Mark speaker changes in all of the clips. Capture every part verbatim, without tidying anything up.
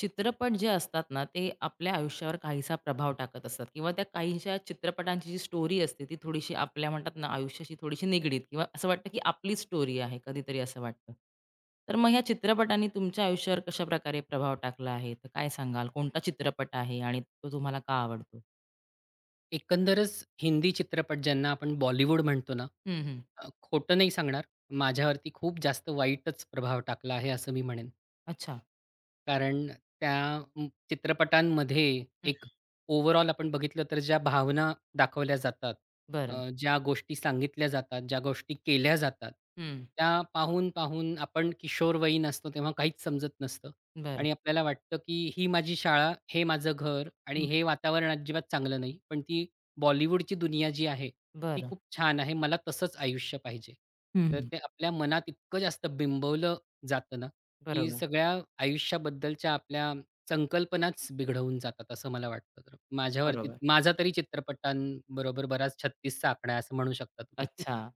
Speaker 1: चित्रपट जे असतात ना, ते आपल्या आयुष्यावर काहीसा प्रभाव टाकत असतात किंवा त्या काहीशा चित्रपटांची जी स्टोरी असते, ती थोडीशी आपल्या म्हणतात ना, आयुष्याशी थोडीशी निगडीत किंवा असं वाटतं, की आपलीच स्टोरी आहे, कधीतरी असं वाटतं. तर मग ह्या चित्रपटांनी तुमच्या आयुष्यावर कशाप्रकारे प्रभाव टाकला आहे? तर काय सांगाल? कोणता चित्रपट आहे आणि तो तुम्हाला का आवडतो?
Speaker 2: एकंदरच हिंदी चित्रपट ज्यांना आपण बॉलिवूड म्हणतो ना,
Speaker 1: हं, हं.
Speaker 2: अ, खोटं नाही सांगणार, माझ्यावरती खूप जास्त वाईटच प्रभाव टाकला आहे असं मी म्हणेन.
Speaker 1: अच्छा.
Speaker 2: कारण त्या म, चित्रपटांमध्ये
Speaker 1: हं.
Speaker 2: एक ओव्हरऑल आपण बघितलं तर ज्या भावना दाखवल्या जातात,
Speaker 1: बरं.
Speaker 2: अ, ज्या गोष्टी सांगितल्या जातात, ज्या गोष्टी केल्या जातात,
Speaker 1: हं.
Speaker 2: त्या पाहून-पाहून आपण किशोरवयीन असतो तेव्हा काहीच समजत नसतं
Speaker 1: बरं.
Speaker 2: आणि आपल्याला वाटतं, की ही माझी शाळा, हे माझं घर आणि
Speaker 1: हं.
Speaker 2: हे वातावरण अजिबात चांगलं नाही. पण ती बॉलिवूडची दुनिया जी आहे, ती
Speaker 1: बरं.
Speaker 2: खूप छान आहे. मला तसंच आयुष्य पाहिजे. तर
Speaker 1: हं,
Speaker 2: ते आपल्या मनात इतकं जास्त बिंबवलं जातं ना, की
Speaker 1: बरोबर,
Speaker 2: सगळ्या आयुष्याबद्दलच्या आपल्या संकल्पनाच बिघडवून जातात असं मला वाटतं तर. माझ्यावरती
Speaker 1: बरोबर.
Speaker 2: माझा तरी चित्रपटांबरोबर बराच छत्तीस चा आकडा आहे असं म्हणू शकता तुम्ही.
Speaker 1: अच्छा.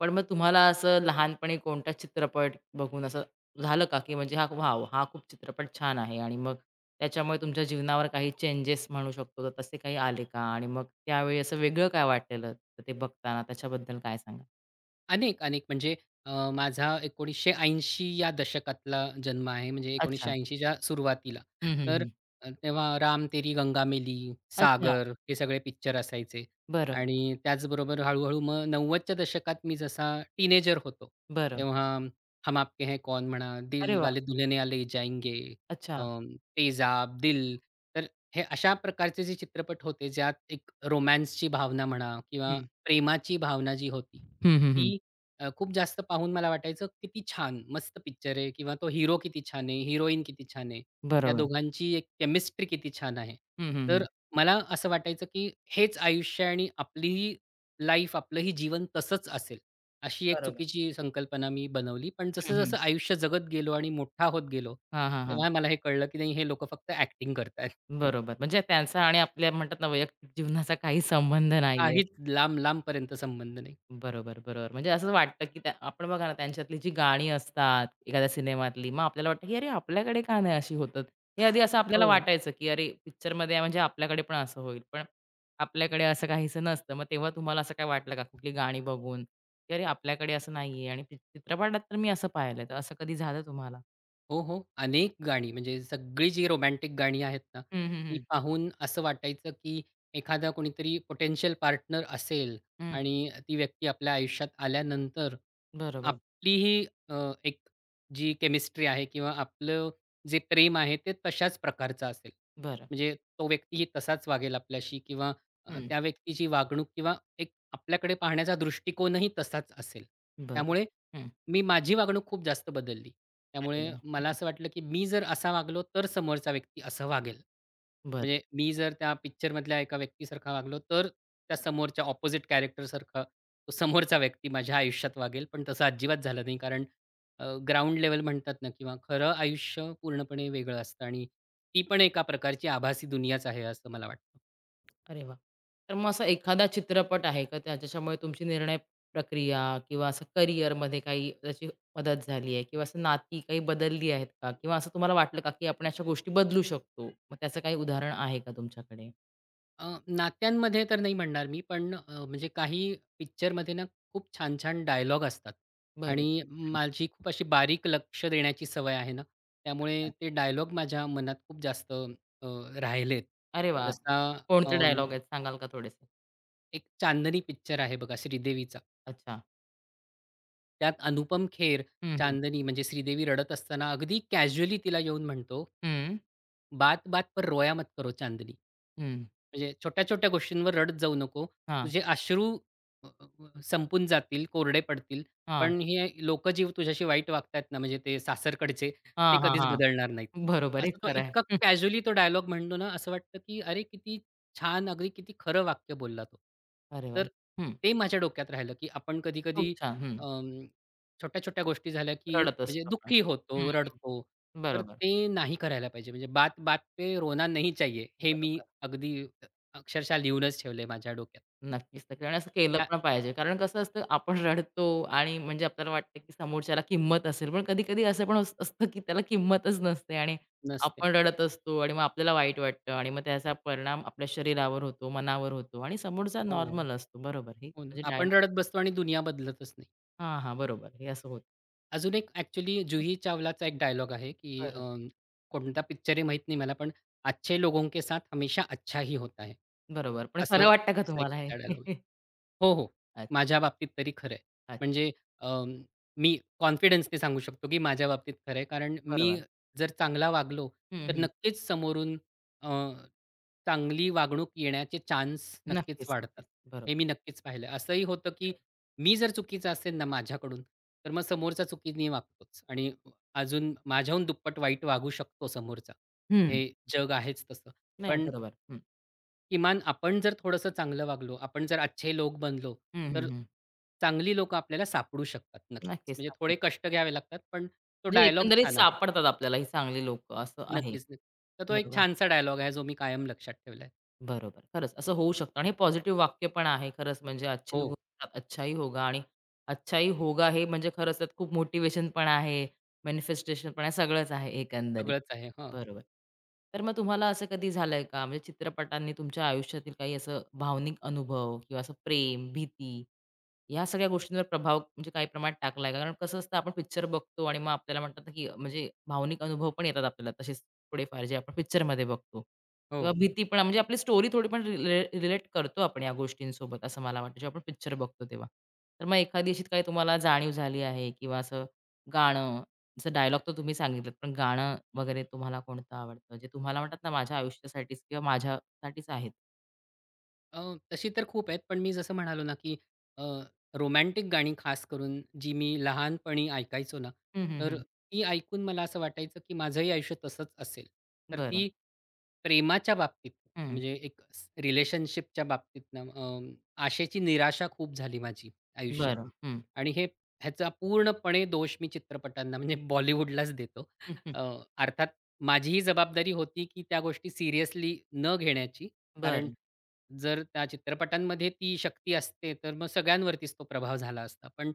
Speaker 1: पण मग तुम्हाला असं लहानपणी कोणता चित्रपट बघून असं झालं का, की म्हणजे हा वॉव! हा खूप चित्रपट छान आहे आणि मग त्याच्यामुळे तुमच्या जीवनावर काही चेंजेस म्हणू शकतो, तर तसे काही आले का? आणि मग त्यावेळी असं वेगळं काय वाटलेलं, तर ते बघताना त्याच्याबद्दल काय सांगाल?
Speaker 2: अनेक, अनेक म्हणजे अ, माझा एकोणीसशे ऐंशी या दशकातला जन्म आहे. म्हणजे
Speaker 1: अच्छा.
Speaker 2: एकोणीसशे ऐंशीच्या सुरुवातीला.
Speaker 1: हं, हं,
Speaker 2: तर
Speaker 1: हं.
Speaker 2: अ, तेव्हा राम तेरी गंगा मेली,
Speaker 1: अच्छा.
Speaker 2: सागर हे सगळे पिक्चर असायचे
Speaker 1: बरं,
Speaker 2: आणि त्याचबरोबर हळू-हळू मग नव्वदच्या दशकात मी जसा टीनेजर होतो,
Speaker 1: बरं.
Speaker 2: तेव्हा हम आपके है कौन म्हणा,
Speaker 1: अरे
Speaker 2: दिल
Speaker 1: वाह!
Speaker 2: वाले दुल्हनिया ले जाएंगे, अ,
Speaker 1: अच्छा.
Speaker 2: तेजाब, दिल. तर हे अशा प्रकारचे जे चित्रपट होते, ज्यात एक रोमान्सची भावना म्हणा किंवा
Speaker 1: हं.
Speaker 2: प्रेमाची भावना जी होती,
Speaker 1: हं, हं, हं.
Speaker 2: ती अ, खूप जास्त पाहून मला वाटायचं, किती छान, मस्त पिक्चर आहे किंवा तो हीरो किती छान आहे, हिरोईन किती छान आहे. त्या
Speaker 1: बरोबर.
Speaker 2: दोघांची एक केमिस्ट्री किती छान आहे.
Speaker 1: हं, हं, हं.
Speaker 2: तर मला असं वाटायचं, की हेच आयुष्य आहे आणि आपलीही लाईफ, आपलंही जीवन तसंच असेल. अशी एक
Speaker 1: बरोबर.
Speaker 2: चुकीची संकल्पना मी बनवली. पण
Speaker 1: हं, हं.
Speaker 2: जसं-जसं आयुष्य जगत गेलो आणि मोठा होत गेलो,
Speaker 1: हां, हां, हां.
Speaker 2: तेव्हा मला हे कळलं, की नाही हे लोकं फक्त ॲक्टिंग करतायत.
Speaker 1: बरोबर. म्हणजे त्यांचा आणि आपल्या म्हणतात ना, वैयक्तिक जीवनाचा काही संबंध नाहीये.
Speaker 2: काहीच लांब-लांबपर्यंत संबंध नाही.
Speaker 1: बरोबर, बरोबर. म्हणजे असं वाटतं, की त्या आपण बघा ना, त्यांच्यातली जी गाणी असतात एखाद्या सिनेमातली, मग आपल्याला वाटतं, की "अरे, आपल्याकडे का नाही अशी होत?" हे आधी असं आपल्याला
Speaker 2: हो.
Speaker 1: वाटायचं, की "अरे, पिक्चरमध्ये म्हणजे आपल्याकडे पण असं होईल." पण आपल्याकडे असं काहीसं नसतं. मग तेव्हा तुम्हाला असं काय वाटलं का कुठली गाणी बघून, की "अरे, आपल्याकडे असं नाहीये" आणि चित चित्रपटात तर मी असं पाहिलंय, तर असं कधी झालं तुम्हाला?
Speaker 2: हो, हो. अनेक गाणी म्हणजे सगळी जी रोमॅन्टिक गाणी आहेत ना,
Speaker 1: हं, हं,
Speaker 2: ती
Speaker 1: हं.
Speaker 2: पाहून असं वाटायचं, की एखादा कोणीतरी पोटेन्शियल पार्टनर असेल
Speaker 1: हं.
Speaker 2: आणि ती व्यक्ती आपल्या आयुष्यात आल्यानंतर
Speaker 1: बरोबर.
Speaker 2: आपलीही अ, एक जी केमिस्ट्री आहे किंवा आपलं जे प्रेम आहे ते तशाच प्रकारचं असेल.
Speaker 1: बरं.
Speaker 2: म्हणजे तो व्यक्तीही तसाच वागेल आपल्याशी किंवा अ,
Speaker 1: हं.
Speaker 2: त्या व्यक्तीची वागणूक किंवा एक आपल्याकडे पाहण्याचा दृष्टिकोनही तसाच असेल.
Speaker 1: बरं.
Speaker 2: त्यामुळे
Speaker 1: हं.
Speaker 2: मी माझी वागणूक खूप जास्त बदलली.
Speaker 1: अरे
Speaker 2: त्यामुळे
Speaker 1: वाह!
Speaker 2: मला
Speaker 1: हं.
Speaker 2: असं वाटलं, की मी जर असा वागलो, तर समोरचा व्यक्ती असं वागेल.
Speaker 1: बरं.
Speaker 2: म्हणजे मी जर त्या पिक्चरमधल्या एका व्यक्तीसारखा वागलो, तर त्या समोरच्या ऑपोझिट कॅरेक्टरसारखा तो समोरचा व्यक्ती माझ्या आयुष्यात वागेल. पण तसं अजिबात झालं नाही. कारण ग्राउंड लेवल म्हणतात ना किंवा खरं आयुष्य पूर्णपणे वेगळं असतं आणि ती पण एका प्रकारची आभासी दुनियाच आहे, असं मला वाटतं.
Speaker 1: अरे वा, तर मग असा एखादा चित्रपट आहे का त्या त्याच्यामुळे तुमची निर्णय प्रक्रिया किंवा असं करिअरमध्ये काही त्याची मदत झाली आहे किंवा असं नाती काही बदलली आहेत का? किंवा असं तुम्हाला वाटलं का, की आपण अशा गोष्टी बदलू शकतो? मग त्याचं काही उदाहरण आहे का तुमच्याकडे?
Speaker 2: अ, नात्यांमध्ये तर नाही म्हणणार मी, पण अ, म्हणजे काही पिक्चरमध्ये ना खूप छान-छान डायलॉग असतात
Speaker 1: बरोबर.
Speaker 2: आणि
Speaker 1: हं.
Speaker 2: माझी खूप अशी बारीक लक्ष देण्याची सवय आहे ना, त्यामुळे
Speaker 1: अच्छा.
Speaker 2: ते डायलॉग माझ्या मनात खूप जास्त अ, राहिलेत.
Speaker 1: अरे वाह!
Speaker 2: जसा
Speaker 1: कोणते
Speaker 2: अं,
Speaker 1: डायलॉग आहेत सांगाल का थोडेसे?
Speaker 2: एक चांदनी पिक्चर आहे बघा श्रीदेवीचा.
Speaker 1: अच्छा.
Speaker 2: त्यात अनुपम खेर
Speaker 1: हं, हं.
Speaker 2: चांदनी म्हणजे श्रीदेवी रडत असताना अगदी कॅज्युअली तिला येऊन म्हणतो,
Speaker 1: हं,
Speaker 2: "बात-बात पर रोया मत करो चांदनी."
Speaker 1: हं.
Speaker 2: म्हणजे छोट्या-छोट्या गोष्टींवर रडत जाऊ नको.
Speaker 1: हां,
Speaker 2: तुझे अश्रू अ, अ, संपून जातील, कोरडे पडतील.
Speaker 1: हां.
Speaker 2: पण हे लोकजीव तुझ्याशी वाईट वागतायत ना, म्हणजे ते सासरकडचे, ते
Speaker 1: हां,
Speaker 2: कधीच
Speaker 1: हां,
Speaker 2: बदलणार नाहीत.
Speaker 1: बरोबर आहे.
Speaker 2: असं तो
Speaker 1: खरं आहे.
Speaker 2: इतका
Speaker 1: हं.
Speaker 2: कॅज्युअली तो डायलॉग म्हणतो ना, असं वाटतं की अरे किती छान, अगदी किती खरं वाक्य बोलला तो.
Speaker 1: अरे
Speaker 2: तर
Speaker 1: वाह! हं.
Speaker 2: ते माझ्या डोक्यात राहिलं की आपण कधी-कधी
Speaker 1: खूप छान. हं.
Speaker 2: अं, छोट्या-छोट्या गोष्टी झाल्या की
Speaker 1: रडत
Speaker 2: म्हणजे
Speaker 1: असतो आपण.
Speaker 2: दुःखी
Speaker 1: हं.
Speaker 2: होतो, रडतो. तर
Speaker 1: बरोबर,
Speaker 2: ते नाही करायला पाहिजे. म्हणजे बात बात पे रोना नहीं चाहिए. हे मी
Speaker 1: बरोबर.
Speaker 2: अगदी अक्षरशः लिहूनच ठेवलंय माझ्या डोक्यात.
Speaker 1: नक्कीच, नक्कीच आणि असं केलं
Speaker 2: त्या
Speaker 1: पण पाहिजे. कारण कसं असतं आपण रडतो आणि म्हणजे आपल्याला वाटतं की समोरच्याला किंमत असेल. पण कधी-कधी असं पण अस असतं की त्याला किंमतच नसते आणि
Speaker 2: नसते.
Speaker 1: आपण रडत असतो आणि मग आपल्याला वाईट वाटतं आणि मग त्याचा परिणाम आपल्या शरीरावर होतो, मनावर होतो आणि समोरचा
Speaker 2: हो,
Speaker 1: नॉर्मल असतो. बरोबर. हे
Speaker 2: हो ना.
Speaker 1: म्हणजे डाय
Speaker 2: आपण रडत बसतो आणि दुनिया बदलतच नाही.
Speaker 1: हां, हां. बरोबर. हे असं होतं.
Speaker 2: अजून एक ॲक्चुअली जुही चावलाचा एक डायलॉग आहे, की अ,
Speaker 1: बरं.
Speaker 2: कोणता पिक्चर आहे माहीत नाही मला, पण "अच्छे लोगों के साथ हमेशा अच्छा ही होता है."
Speaker 1: बरोबर. पण
Speaker 2: असं
Speaker 1: खरं वाटतं का
Speaker 2: असा एक
Speaker 1: तुम्हाला हे?
Speaker 2: तिचा डायलॉग. हो, हो.
Speaker 1: अच्छा,
Speaker 2: माझ्या बाबतीत तरी खरं आहे.
Speaker 1: अच्छा.
Speaker 2: म्हणजे अ, मी कॉन्फिडन्सने सांगू शकतो, की माझ्या बाबतीत खरं आहे. कारण मी
Speaker 1: बरोबर.
Speaker 2: जर चांगला वागलो,
Speaker 1: हं,
Speaker 2: तर
Speaker 1: हं.
Speaker 2: नक्कीच समोरून अ, चांगली वागणूक येण्याचे चान्स नक्कीच
Speaker 1: नक्कीच,
Speaker 2: वाढतात.
Speaker 1: नक्कीच. बरोबर.
Speaker 2: हे मी नक्कीच पाहिलं. असंही होतं, की मी जर चुकीचा असेल ना माझ्याकडून, तर मग समोरचा चुकीने वागतोच आणि अजून माझ्याहून दुप्पट वाईट वागू शकतो समोरचा.
Speaker 1: हं.
Speaker 2: हे जग आहेच तसं.
Speaker 1: नाही
Speaker 2: पण
Speaker 1: बरोबर. हं.
Speaker 2: किमान आपण जर थोडंसं चांगलं वागलो, आपण जर अच्छे लोक बनलो,
Speaker 1: हं,
Speaker 2: तर
Speaker 1: हं, हं.
Speaker 2: चांगली लोकं आपल्याला सापडू शकतात नक्कीच.
Speaker 1: नक्कीच,
Speaker 2: म्हणजे
Speaker 1: नक्कीच.
Speaker 2: थोडे कष्ट घ्यावे लागतात, पण तो
Speaker 1: म्हणजे
Speaker 2: डायलॉग
Speaker 1: एकंदरीत
Speaker 2: छान आहे.
Speaker 1: सापडतात आपल्याला ही चांगली लोकं असं आहे.
Speaker 2: नक्कीच, नक्कीच. तर तो एक
Speaker 1: बरोबर,
Speaker 2: छानसा डायलॉग आहे, जो मी कायम लक्षात ठेवलाय.
Speaker 1: बरोबर. खरंच असं होऊ शकतं आणि हे पॉझिटिव्ह वाक्य पण आहे खरंच म्हणजे "अच्छे
Speaker 2: हो,
Speaker 1: लोग अच्छा ही होगा" आणि "अच्छा ही होगा" हे म्हणजे खरंच त्यात खूप मोटिव्हेशन पण आहे, मॅनिफेस्टेशन पण आहे, सगळंच आहे एकंदरीत.
Speaker 2: सगळंच आहे. हां.
Speaker 1: बरोबर. तर मग तुम्हाला असं कधी झालंय का म्हणजे चित्रपटांनी तुमच्या आयुष्यातील काही असं भावनिक अनुभव किंवा असं प्रेम, भीती ह्या सगळ्या गोष्टींवर प्रभाव म्हणजे काही प्रमाणात टाकलाय का? कारण कसं असतं आपण पिक्चर बघतो आणि मग आपल्याला म्हणतात ना, की म्हणजे भावनिक अनुभव पण येतात आपल्याला तसेच थोडेफार जे आपण पिक्चरमध्ये बघतो
Speaker 2: हो.
Speaker 1: किंवा भीती पण म्हणजे आपली स्टोरी थोडी पण रिलेट करतो आपण या गोष्टींसोबत असं मला वाटतं, जेव्हा आपण पिक्चर बघतो तेव्हा. तर मग एखादी अशी काही तुम्हाला जाणीव झाली आहे किंवा असं गाणं, जसं डायलॉग तर तुम्ही सांगितलेत, पण गाणं वगैरे तुम्हाला कोणतं आवडतं? जे तुम्हाला म्हणतात ना, माझ्या आयुष्यासाठीच किंवा माझ्यासाठीच आहेत?
Speaker 2: अ, तशी तर खूप आहेत, पण मी जसं म्हणालो ना, की रोमॅन्टिक गाणी खास करून जी मी लहानपणी ऐकायचो ना,
Speaker 1: हं, हं,
Speaker 2: तर
Speaker 1: हं.
Speaker 2: ती ऐकून मला असं वाटायचं, की माझंही आयुष्य तसंच असेल. तर
Speaker 1: बरं.
Speaker 2: ती प्रेमाच्या बाबतीत
Speaker 1: हं.
Speaker 2: म्हणजे एक स रिलेशनशिपच्या बाबतीत ना अ, आशेची निराशा खूप झाली माझी आयुष्यात
Speaker 1: बरं. हं.
Speaker 2: आणि हे ह्याचा पूर्णपणे दोष मी चित्रपटांना म्हणजे बॉलिवूडलाच देतो.
Speaker 1: हं, हं.
Speaker 2: अ, अर्थात माझीही जबाबदारी होती, की त्या गोष्टी सीरियसली न घेण्याची. कारण
Speaker 1: बरं.
Speaker 2: जर त्या चित्रपटांमध्ये ती शक्ती असते, तर मग सगळ्यांवरतीच तो प्रभाव झाला असता. पण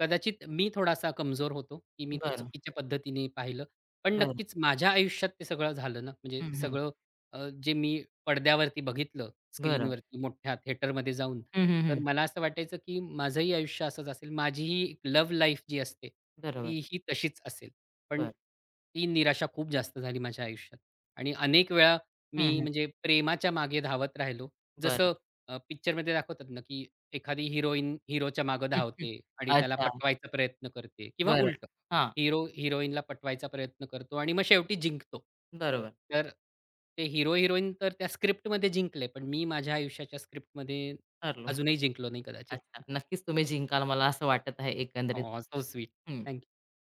Speaker 2: कदाचित मी थोडासा कमजोर होतो, की मी त्या
Speaker 1: बरं,
Speaker 2: चुकीच्या पद्धतीने पाहिलं. पण
Speaker 1: बरं.
Speaker 2: नक्कीच माझ्या आयुष्यात ते सगळं झालं ना, म्हणजे
Speaker 1: हं,
Speaker 2: ते
Speaker 1: हं.
Speaker 2: सगळं अ, जे मी पडद्यावरती बघितलं,
Speaker 1: बरं.
Speaker 2: स्क्रीनवरती मोठ्या थिएटरमध्ये जाऊन,
Speaker 1: हं, हं,
Speaker 2: तर
Speaker 1: हं.
Speaker 2: मला असं वाटायचं, की माझंही आयुष्य असंच असेल. माझीही लव्ह लाईफ जी असते,
Speaker 1: बरोबर.
Speaker 2: तीही तशीच असेल. पण
Speaker 1: बरं.
Speaker 2: ती निराशा खूप जास्त झाली माझ्या आयुष्यात आणि अनेक वेळा
Speaker 1: हं,
Speaker 2: मी
Speaker 1: हं.
Speaker 2: म्हणजे प्रेमाच्या मागे धावत राहिलो
Speaker 1: बरं.
Speaker 2: जसं अ, पिक्चरमध्ये दाखवतात ना, की एखादी हिरोईन हिरोच्या मागे
Speaker 1: हं, हं.
Speaker 2: धावते आणि त्याला
Speaker 1: अच्छा.
Speaker 2: पटवायचा प्रयत्न करते किंवा
Speaker 1: बरं.
Speaker 2: उलटं.
Speaker 1: हां.
Speaker 2: हिरो हिरोईनला पटवायचा प्रयत्न करतो आणि मग शेवटी जिंकतो.
Speaker 1: बरोबर.
Speaker 2: तर ते हिरो-हिरोईन तर त्या स्क्रिप्टमध्ये जिंकले, पण मी माझ्या आयुष्याच्या स्क्रिप्टमध्ये
Speaker 1: ठरलो.
Speaker 2: अजूनही जिंकलो नाही कदाचित.
Speaker 1: अच्छा. नक्कीच तुम्ही जिंकाल मला असं वाटत आहे एकंदरीत.
Speaker 2: So sweet.
Speaker 1: हं.
Speaker 2: थँक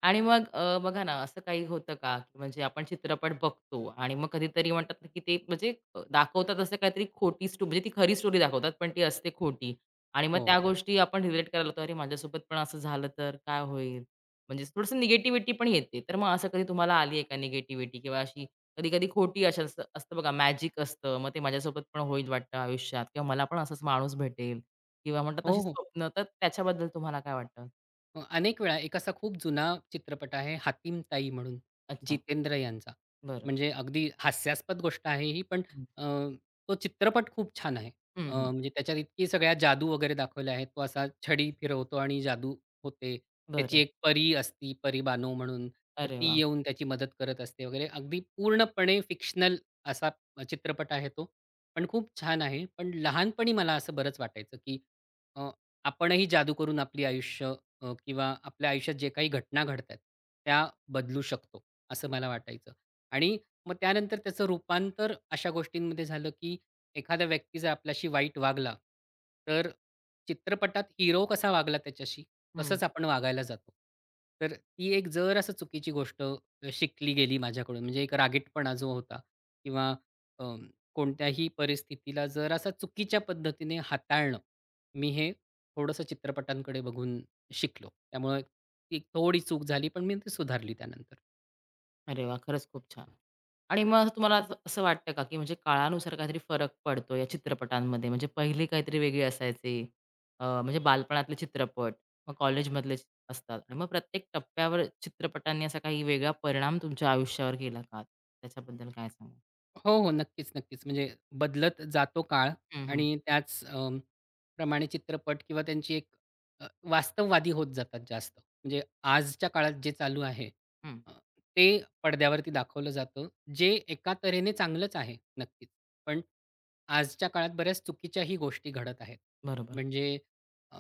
Speaker 1: आणि मग अ, बघा ना, असं काही होतं का, की म्हणजे आपण चित्रपट बघतो आणि मग कधीतरी म्हणतात ना, की ते म्हणजे अ, दाखवतात असं काहीतरी खोटी स्टो म्हणजे ती खरी स्टोरी दाखवतात, पण ती असते खोटी आणि मग
Speaker 2: हो.
Speaker 1: त्या गोष्टी आपण रिलेट करायला लागतो, "अरे, माझ्यासोबत पण असं झालं तर काय होईल?" म्हणजे थोडंसं निगेटिव्हिटी पण येते. तर मग असं कधी तुम्हाला आली आहे का निगेटिव्हिटी किंवा अशी कधी-कधी खोटी अशा असं असतं बघा, मॅजिक असतं, मग ते माझ्यासोबत पण होईल वाटतं आयुष्यात किंवा मला पण असाच माणूस भेटेल किंवा म्हणतात ना, अशी
Speaker 2: हो, हो.
Speaker 1: स्वप्न. तर त्याच्याबद्दल तुम्हाला काय वाटतं?
Speaker 2: अ, अनेक वेळा एक असा खूप जुना चित्रपट आहे हातीम ताई म्हणून
Speaker 1: अच्छा,
Speaker 2: जितेंद्र यांचा.
Speaker 1: बरं.
Speaker 2: म्हणजे अगदी हास्यास्पद गोष्ट आहे ही पण
Speaker 1: हं.
Speaker 2: अ, तो चित्रपट खूप छान आहे.
Speaker 1: हं,
Speaker 2: अ,
Speaker 1: हं.
Speaker 2: म्हणजे त्याच्यात इतकी सगळ्या जादू वगैरे दाखवल्या आहेत. तो असा छडी फिरवतो आणि जादू होते. त्याची
Speaker 1: बरं.
Speaker 2: एक परी असती, परी बानो म्हणून. तर
Speaker 1: अरे
Speaker 2: ती
Speaker 1: वा,
Speaker 2: येऊन त्याची मदत करत असते वगैरे. अगदी पूर्णपणे फिक्शनल असा चित्रपट आहे तो. पण खूप छान आहे. पण लहानपणी मला असं बरंच वाटायचं, की अ, आपणही जादू करून आपली आयुष्य अ, किंवा आपल्या आयुष्यात जे काही घटना घडतायत, त्या बदलू शकतो, असं मला वाटायचं. आणि मग त्यानंतर त्याचं रूपांतर अशा गोष्टींमध्ये झालं, की एखादा व्यक्ती जर आपल्याशी वाईट वागला, तर चित्रपटात हिरो कसा वागला त्याच्याशी,
Speaker 1: हं.
Speaker 2: तसंच आपण वागायला जातो. तर ती एक जर असं चुकीची गोष्ट शिकली गेली माझ्याकडून. म्हणजे एक रागीटपणा जो होता किंवा अ, कोणत्याही परिस्थितीला जरासा चुकीच्या पद्धतीने हाताळणं, मी हे थोडंसं चित्रपटांकडे बघून शिकलो. त्यामुळे ती एक थोडी चूक झाली, पण मी ती सुधारली त्यानंतर.
Speaker 1: अरे वाह! खरंच खूप छान. आणि मग तुम्हाला असं असं वाटतं का, की म्हणजे काळानुसार काहीतरी फरक पडतो या चित्रपटांमध्ये? म्हणजे पहिले काहीतरी वेगळे असायचे, अ, म्हणजे बालपणातले चित्रपट, मग कॉलेजमधले चि- असतात आणि मग प्रत्येक टप्प्यावर चित्रपटांनी असा काही वेगळा परिणाम तुमच्या आयुष्यावर केला का? त्याच्याबद्दल काय सांगाल?
Speaker 2: हो, हो. नक्कीच, नक्कीच. म्हणजे बदलत जातो काळ
Speaker 1: हं, हं.
Speaker 2: आणि त्याच अ, प्रमाणे चित्रपट किंवा त्यांची एक अ, वास्तववादी होत जातात जास्त. म्हणजे आजच्या काळात जे चालू आहे
Speaker 1: हं.
Speaker 2: अ, ते पडद्यावरती दाखवलं जातं, जे एका तऱ्हेने चांगलंच आहे नक्कीच. पण आजच्या काळात बऱ्याच चुकीच्याही गोष्टी घडत आहेत.
Speaker 1: बरोबर.
Speaker 2: म्हणजे अ,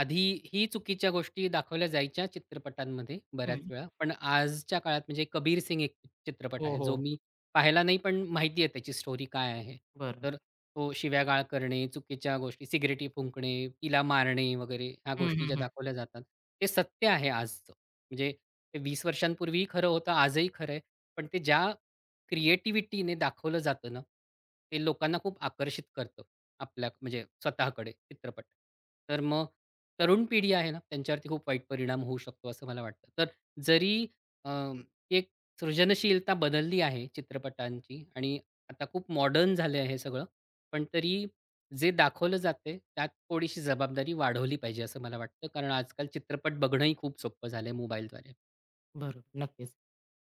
Speaker 2: आधी ही चुकीच्या गोष्टी दाखवल्या जायच्या चित्रपटांमध्ये बऱ्याच
Speaker 1: हं.
Speaker 2: वेळा. पण आजच्या काळात म्हणजे कबीर सिंग एक चित्रपट
Speaker 1: हो,
Speaker 2: आहे, जो
Speaker 1: हो.
Speaker 2: मी पाहिला नाही, पण माहिती आहे त्याची स्टोरी काय आहे.
Speaker 1: बरं.
Speaker 2: तर तो शिव्यागाळ करणे, चुकीच्या गोष्टी, सिगरेटी फुंकणे, तिला मारणे वगैरे ह्या
Speaker 1: हं,
Speaker 2: गोष्टी
Speaker 1: हं,
Speaker 2: ज्या
Speaker 1: हं.
Speaker 2: दाखवल्या जातात, ते सत्य आहे आजचं. म्हणजे ते वीस वर्षांपूर्वीही खरं होतं, आजही खरं आहे. पण ते ज्या क्रिएटिव्हिटीने दाखवलं जातं ना, ते लोकांना खूप आकर्षित करतं आपल्या म्हणजे स्वतःकडे चित्रपट. तर मग तरुण पिढी आहे ना, त्यांच्यावरती खूप वाईट परिणाम होऊ शकतो असं मला वाटतं. तर जरी अ, एक सृजनशीलता बदलली आहे चित्रपटांची आणि आता खूप मॉडर्न झालं आहे हे सगळं. पण तरी जे दाखवलं जाते त्यात थोडीशी जबाबदारी वाढवली पाहिजे असं मला वाटतं. कारण आजकाल चित्रपट बघणंही खूप सोपं झालंय मोबाईलद्वारे.
Speaker 1: बरोबर, नक्कीच.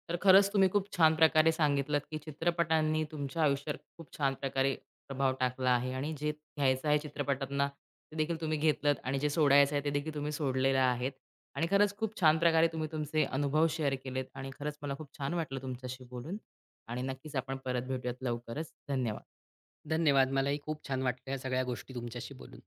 Speaker 1: तर खरंच तुम्ही खूप छान प्रकारे सांगितलत, की चित्रपटांनी तुमच्या आयुष्यावर खूप छान प्रकारे प्रभाव टाकला आहे आणि जे घ्यायचं आहे चित्रपटांना ते देखील तुम्ही घेतलत आणि जे सोडायचं आहे ते देखील तुम्ही सोडलेलं आहेत. आणि खरंच खूप छान प्रकारे तुम्ही तुमचे अनुभव शेअर केलेत आणि खरंच मला खूप छान वाटलं तुमच्याशी बोलून आणि नक्कीच आपण परत भेटूयात लवकरच. धन्यवाद.
Speaker 2: धन्यवाद. मलाही खूप छान वाटलं ह्या सगळ्या गोष्टी तुमच्याशी बोलून.